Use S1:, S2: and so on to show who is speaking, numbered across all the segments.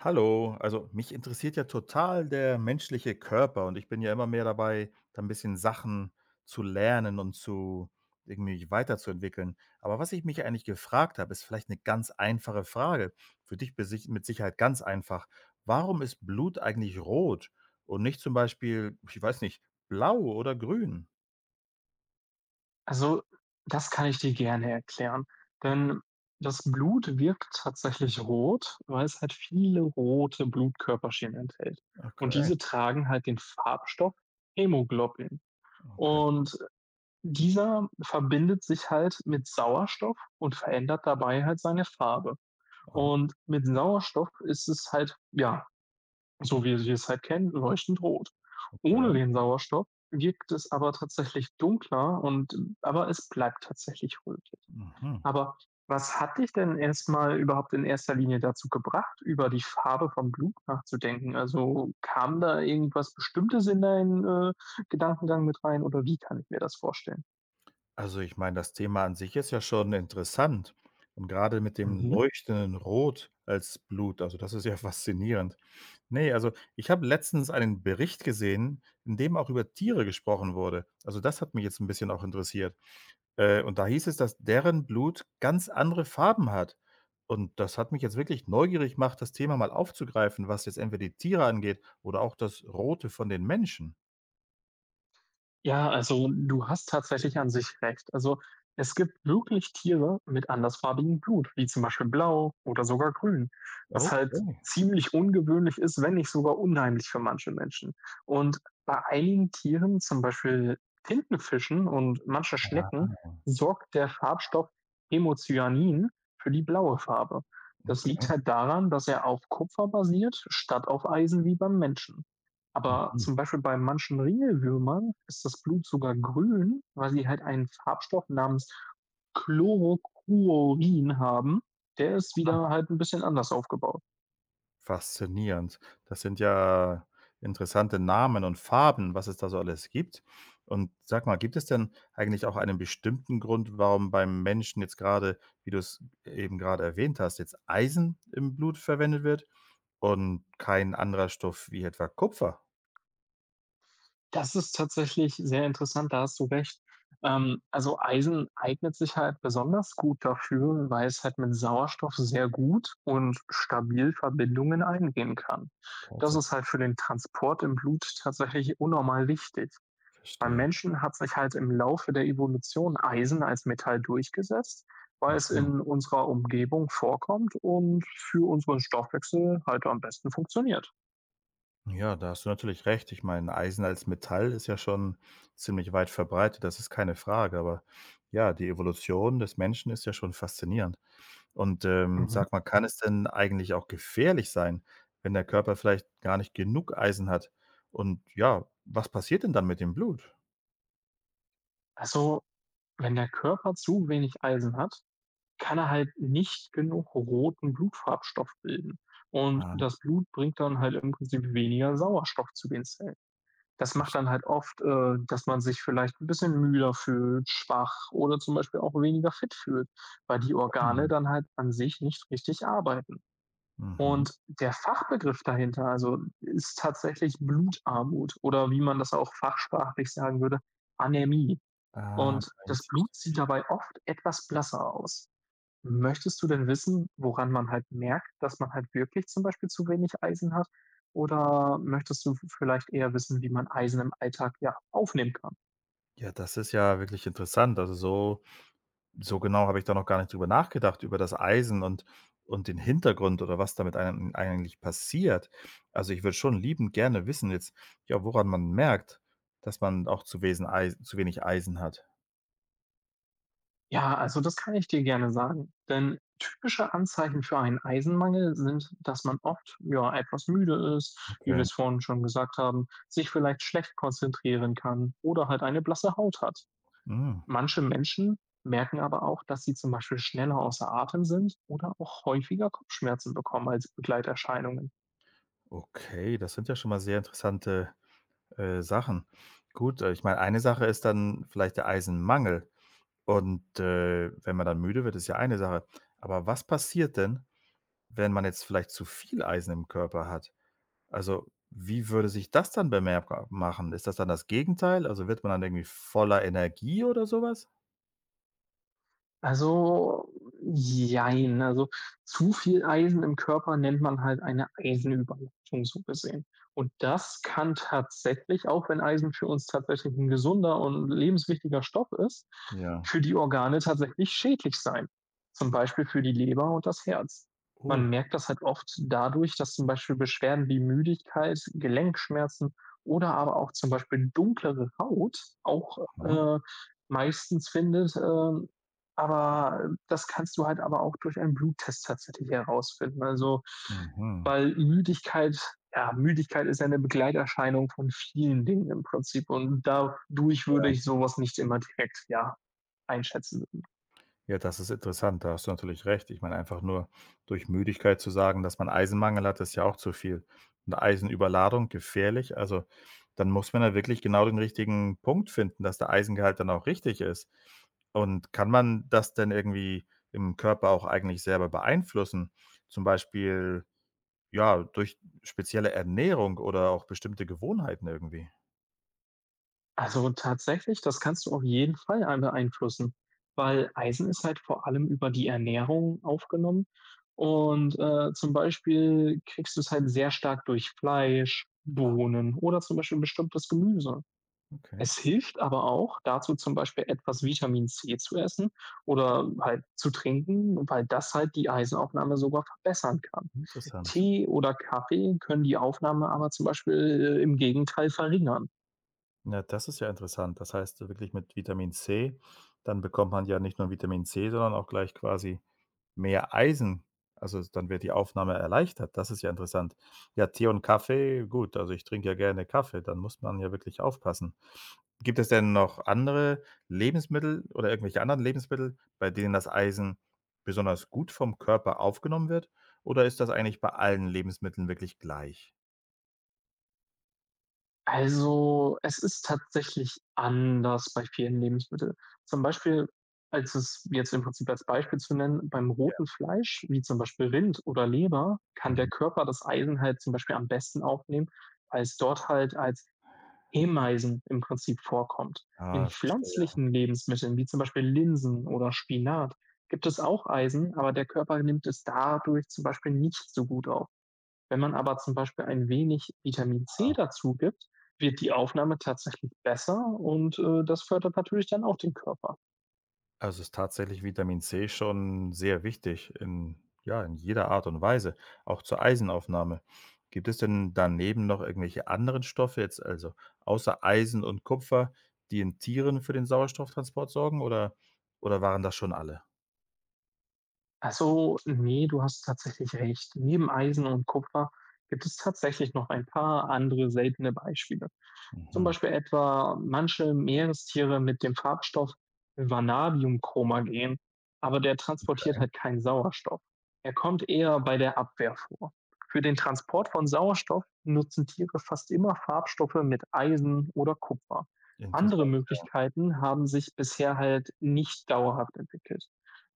S1: Hallo, also mich interessiert ja total der menschliche Körper und ich bin ja immer mehr dabei, da ein bisschen Sachen zu lernen und zu irgendwie mich weiterzuentwickeln. Aber was ich mich eigentlich gefragt habe, ist vielleicht eine ganz einfache Frage. Für dich mit Sicherheit ganz einfach. Warum ist Blut eigentlich rot und nicht zum Beispiel, ich weiß nicht, blau oder grün?
S2: Also, das kann ich dir gerne erklären, denn das Blut wirkt tatsächlich rot, weil es halt viele rote Blutkörperchen enthält. Und
S1: Okay,
S2: diese tragen halt den Farbstoff Hämoglobin.
S1: okay,
S2: Und dieser verbindet sich halt mit Sauerstoff und verändert dabei halt seine Farbe.
S1: aha,
S2: Und mit Sauerstoff ist es halt, ja, so wie wir es halt kennen, leuchtend rot. Ohne
S1: okay.
S2: den Sauerstoff wirkt es aber tatsächlich dunkler und aber es bleibt tatsächlich rötlich.
S1: Mhm.
S2: Aber was hat dich denn erstmal überhaupt in erster Linie dazu gebracht, über die Farbe von Blut nachzudenken? Also kam da irgendwas Bestimmtes in deinen Gedankengang mit rein oder wie kann ich mir das vorstellen?
S1: Also ich meine, das Thema an sich ist ja schon interessant und gerade mit dem Mhm.
S2: Mhm.
S1: leuchtenden Rot als Blut, also das ist ja faszinierend. Ne, also ich habe letztens einen Bericht gesehen, in dem auch über Tiere gesprochen wurde. Also das hat mich jetzt ein bisschen auch interessiert. Und da hieß es, dass deren Blut ganz andere Farben hat. Und das hat mich jetzt wirklich neugierig gemacht, das Thema mal aufzugreifen, was jetzt entweder die Tiere angeht oder auch das Rote von den Menschen.
S2: Ja, also du hast tatsächlich an sich recht. Also es gibt wirklich Tiere mit andersfarbigem Blut, wie zum Beispiel blau oder sogar grün, was halt
S1: Okay.
S2: ziemlich ungewöhnlich ist, wenn nicht sogar unheimlich für manche Menschen. Und bei einigen Tieren, zum Beispiel Tintenfischen und manche
S1: Ah,
S2: Schnecken, sorgt der Farbstoff Hemocyanin für die blaue Farbe. Das liegt
S1: okay.
S2: halt daran, dass er auf Kupfer basiert, statt auf Eisen wie beim Menschen. Aber
S1: Mhm.
S2: zum Beispiel bei manchen Ringelwürmern ist das Blut sogar grün, weil sie halt einen Farbstoff namens Chlorokuorin haben. Der ist wieder halt ein bisschen anders aufgebaut.
S1: Faszinierend. Das sind ja interessante Namen und Farben, was es da so alles gibt. Und sag mal, gibt es denn eigentlich auch einen bestimmten Grund, warum beim Menschen jetzt gerade, wie du es eben gerade erwähnt hast, jetzt Eisen im Blut verwendet wird und kein anderer Stoff wie etwa Kupfer?
S2: Das ist tatsächlich sehr interessant, da hast du recht. Also, Eisen eignet sich halt besonders gut dafür, weil es halt mit Sauerstoff sehr gut und stabil Verbindungen eingehen kann. Das
S1: Tatsächlich.
S2: ist halt für den Transport im Blut tatsächlich unnormal wichtig. Beim
S1: Verstehe.
S2: Menschen hat sich halt im Laufe der Evolution Eisen als Metall durchgesetzt, weil es
S1: Mhm.
S2: in unserer Umgebung vorkommt und für unseren Stoffwechsel halt am besten funktioniert.
S1: Ja, da hast du natürlich recht. Ich meine, Eisen als Metall ist ja schon ziemlich weit verbreitet, das ist keine Frage, aber ja, die Evolution des Menschen ist ja schon faszinierend. Und,
S2: Mhm.
S1: sag mal, kann es denn eigentlich auch gefährlich sein, wenn der Körper vielleicht gar nicht genug Eisen hat? Und ja, was passiert denn dann mit dem Blut?
S2: Also, wenn der Körper zu wenig Eisen hat, kann er halt nicht genug roten Blutfarbstoff bilden. Und
S1: Ah,
S2: das Blut bringt dann halt im Prinzip weniger Sauerstoff zu den Zellen. Das macht dann halt oft, dass man sich vielleicht ein bisschen müder fühlt, schwach oder zum Beispiel auch weniger fit fühlt, weil die Organe
S1: verstanden.
S2: dann halt an sich nicht richtig arbeiten.
S1: Mhm.
S2: Und der Fachbegriff dahinter, also, ist tatsächlich Blutarmut oder wie man das auch fachsprachlich sagen würde, Anämie.
S1: Ah,
S2: Und das
S1: jetzt verstehe
S2: Blut sieht
S1: ich.
S2: dabei oft etwas blasser aus. Möchtest du denn wissen, woran man halt merkt, dass man halt wirklich zum Beispiel zu wenig Eisen hat? Oder möchtest du vielleicht eher wissen, wie man Eisen im Alltag, ja, aufnehmen kann?
S1: Ja, das ist ja wirklich interessant. Also so genau habe ich da noch gar nicht drüber nachgedacht, über das Eisen und den Hintergrund oder was damit einem eigentlich passiert. Also, ich würde schon liebend gerne wissen jetzt, ja, woran man merkt, dass man auch zu wenig Eisen hat.
S2: Ja, also das kann ich dir gerne sagen. Denn typische Anzeichen für einen Eisenmangel sind, dass man oft, ja, etwas müde ist, wie wir
S1: Okay.
S2: es vorhin schon gesagt haben, sich vielleicht schlecht konzentrieren kann oder halt eine blasse Haut hat.
S1: Mhm.
S2: Manche Menschen merken aber auch, dass sie zum Beispiel schneller außer Atem sind oder auch häufiger Kopfschmerzen bekommen als Begleiterscheinungen.
S1: Okay, das sind ja schon mal sehr interessante, Sachen. Gut, ich meine, eine Sache ist dann vielleicht der Eisenmangel und, wenn man dann müde wird, ist ja eine Sache. Aber was passiert denn, wenn man jetzt vielleicht zu viel Eisen im Körper hat? Also, wie würde sich das dann bemerkbar machen? Ist das dann das Gegenteil? Also, wird man dann irgendwie voller Energie oder sowas?
S2: Also, jein. Also, zu viel Eisen im Körper nennt man halt eine Eisenüberlastung so gesehen. Und das kann tatsächlich, auch wenn Eisen für uns tatsächlich ein gesunder und lebenswichtiger Stoff ist,
S1: Ja.
S2: für die Organe tatsächlich schädlich sein, zum Beispiel für die Leber und das Herz.
S1: Oh ja,
S2: Man merkt das halt oft dadurch, dass zum Beispiel Beschwerden wie Müdigkeit, Gelenkschmerzen oder aber auch zum Beispiel dunklere Haut auch,
S1: mhm.
S2: meistens findet, das kannst du halt aber auch durch einen Bluttest tatsächlich herausfinden. Also,
S1: Mhm.
S2: weil Müdigkeit, ja, Müdigkeit ist ja eine Begleiterscheinung von vielen Dingen im Prinzip. Und dadurch würde ich sowas nicht immer direkt, ja, einschätzen.
S1: Ja, das ist interessant, da hast du natürlich recht. Ich meine, einfach nur durch Müdigkeit zu sagen, dass man Eisenmangel hat, ist ja auch zu viel. Eine Eisenüberladung gefährlich, also, dann muss man ja wirklich genau den richtigen Punkt finden, dass der Eisengehalt dann auch richtig ist. Und kann man das denn irgendwie im Körper auch eigentlich selber beeinflussen? Zum Beispiel, ja, durch spezielle Ernährung oder auch bestimmte Gewohnheiten irgendwie?
S2: Also tatsächlich, das kannst du auf jeden Fall beeinflussen, weil Eisen ist halt vor allem über die Ernährung aufgenommen. Und zum Beispiel kriegst du es halt sehr stark durch Fleisch,
S1: Ah.
S2: Bohnen oder zum Beispiel bestimmtes Gemüse.
S1: Okay,
S2: Es hilft aber auch, dazu zum Beispiel etwas Vitamin C zu essen oder halt zu trinken, weil das halt die Eisenaufnahme sogar verbessern kann.
S1: Mhm. interessant.
S2: Tee oder Kaffee können die Aufnahme aber zum Beispiel im Gegenteil verringern.
S1: Ja, das ist ja interessant. Das heißt so wirklich mit Vitamin C, dann bekommt man ja nicht nur Vitamin C, sondern auch gleich quasi mehr Eisen. Also, dann wird die Aufnahme erleichtert. Das ist ja interessant. Ja, Tee und Kaffee, gut, also ich trinke ja gerne Kaffee, dann muss man ja wirklich aufpassen. Gibt es denn noch andere Lebensmittel oder irgendwelche anderen Lebensmittel, bei denen das Eisen besonders gut vom Körper aufgenommen wird? Oder ist das eigentlich bei allen Lebensmitteln wirklich gleich?
S2: Also es ist tatsächlich anders bei vielen Lebensmitteln. Zum Beispiel, als es jetzt im Prinzip als Beispiel zu nennen, beim
S1: Ja.
S2: roten Fleisch, wie zum Beispiel Rind oder Leber, kann der
S1: Mhm.
S2: Körper das Eisen halt zum Beispiel am besten aufnehmen, weil es dort halt als Ameisen im Prinzip vorkommt. In
S1: Ah, verstehe.
S2: pflanzlichen Lebensmitteln wie zum Beispiel Linsen oder Spinat gibt es auch Eisen, aber der Körper nimmt es dadurch zum Beispiel nicht so gut auf. Wenn man aber zum Beispiel ein wenig Vitamin C
S1: Ah.
S2: dazu gibt, wird die Aufnahme tatsächlich besser und das fördert natürlich dann auch den Körper.
S1: Also, ist tatsächlich Vitamin C schon sehr wichtig in ja, in jeder Art und Weise, auch zur Eisenaufnahme. Gibt es denn daneben noch irgendwelche anderen Stoffe jetzt, also außer Eisen und Kupfer, die in Tieren für den Sauerstofftransport sorgen oder waren das schon alle?
S2: Also nee, du hast tatsächlich recht. Neben Eisen und Kupfer gibt es tatsächlich noch ein paar andere seltene Beispiele. Zum
S1: Mhm,
S2: Beispiel etwa manche Meerestiere mit dem Farbstoff Vanadiumchromagen, aber der transportiert halt keinen Sauerstoff. Er kommt eher bei der Abwehr vor. Für den Transport von Sauerstoff nutzen Tiere fast immer Farbstoffe mit Eisen oder Kupfer. Andere
S1: interessant.
S2: Möglichkeiten haben sich bisher halt nicht dauerhaft entwickelt.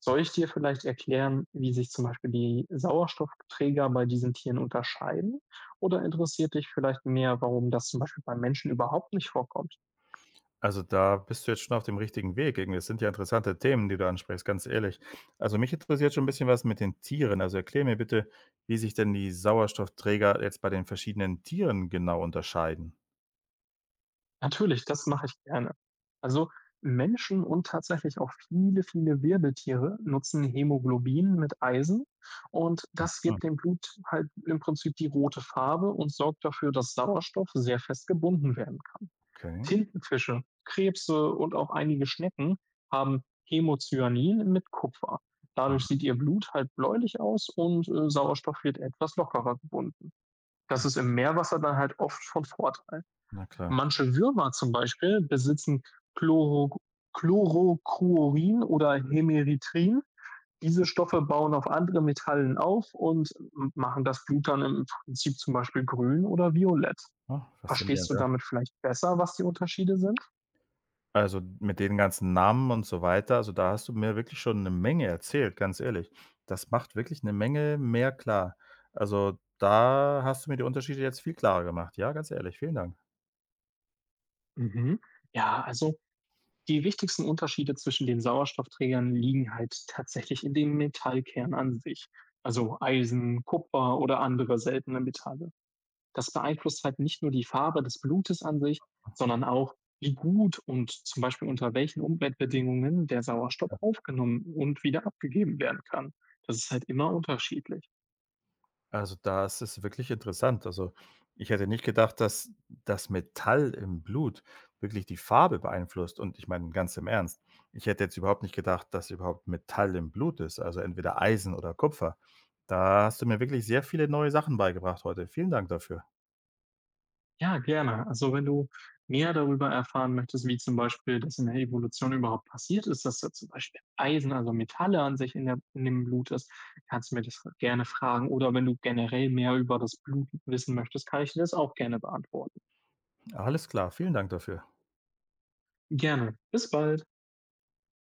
S2: Soll ich dir vielleicht erklären, wie sich zum Beispiel die Sauerstoffträger bei diesen Tieren unterscheiden? Oder interessiert dich vielleicht mehr, warum das zum Beispiel beim Menschen überhaupt nicht vorkommt?
S1: Also, da bist du jetzt schon auf dem richtigen Weg. Irgendwie, das sind ja interessante Themen, die du ansprichst, ganz ehrlich. Also, mich interessiert schon ein bisschen was mit den Tieren. Also, erkläre mir bitte, wie sich denn die Sauerstoffträger jetzt bei den verschiedenen Tieren genau unterscheiden?
S2: Natürlich, das mache ich gerne. Also Menschen und tatsächlich auch viele Wirbeltiere nutzen Hämoglobin mit Eisen und das
S1: Hm,
S2: gibt dem Blut halt im Prinzip die rote Farbe und sorgt dafür, dass Sauerstoff sehr fest gebunden werden kann.
S1: okay.
S2: Tintenfische, Krebse und auch einige Schnecken haben Hämocyanin mit Kupfer.
S1: Mhm.
S2: Dadurch sieht ihr Blut halt bläulich aus und Sauerstoff wird etwas lockerer gebunden. Das ist im Meerwasser dann halt oft von Vorteil.
S1: Na klar.
S2: Manche Würmer zum Beispiel besitzen Chloro Chlorokuorin oder Hemeritrin. Diese Stoffe bauen auf andere Metallen auf und machen das Blut dann im Prinzip zum Beispiel grün oder violett.
S1: Ah,
S2: Verstehst
S1: faszinierend,
S2: du
S1: ja.
S2: damit vielleicht besser, was die Unterschiede sind?
S1: Also, mit den ganzen Namen und so weiter, also, da hast du mir wirklich schon eine Menge erzählt, ganz ehrlich. Das macht wirklich eine Menge mehr klar. Also, da hast du mir die Unterschiede jetzt viel klarer gemacht. Ja, ganz ehrlich, vielen Dank.
S2: Mhm. Ja, also die wichtigsten Unterschiede zwischen den Sauerstoffträgern liegen halt tatsächlich in dem Metallkern an sich, also Eisen, Kupfer oder andere seltene Metalle. Das beeinflusst halt nicht nur die Farbe des Blutes an sich, sondern auch, wie gut und zum Beispiel unter welchen Umweltbedingungen der Sauerstoff aufgenommen und wieder abgegeben werden kann. Das ist halt immer unterschiedlich.
S1: Also, das ist wirklich interessant. Also, ich hätte nicht gedacht, dass das Metall im Blut wirklich die Farbe beeinflusst und ich meine ganz im Ernst, ich hätte jetzt überhaupt nicht gedacht, dass überhaupt Metall im Blut ist, also entweder Eisen oder Kupfer. Da hast du mir wirklich sehr viele neue Sachen beigebracht heute. Vielen Dank dafür.
S2: Ja, gerne. Also wenn du mehr darüber erfahren möchtest, wie zum Beispiel das in der Evolution überhaupt passiert ist, dass da zum Beispiel Eisen, also Metalle an sich in dem Blut ist, kannst du mir das gerne fragen. Oder wenn du generell mehr über das Blut wissen möchtest, kann ich dir das auch gerne beantworten.
S1: Alles klar, vielen Dank dafür.
S2: Gerne. Bis bald.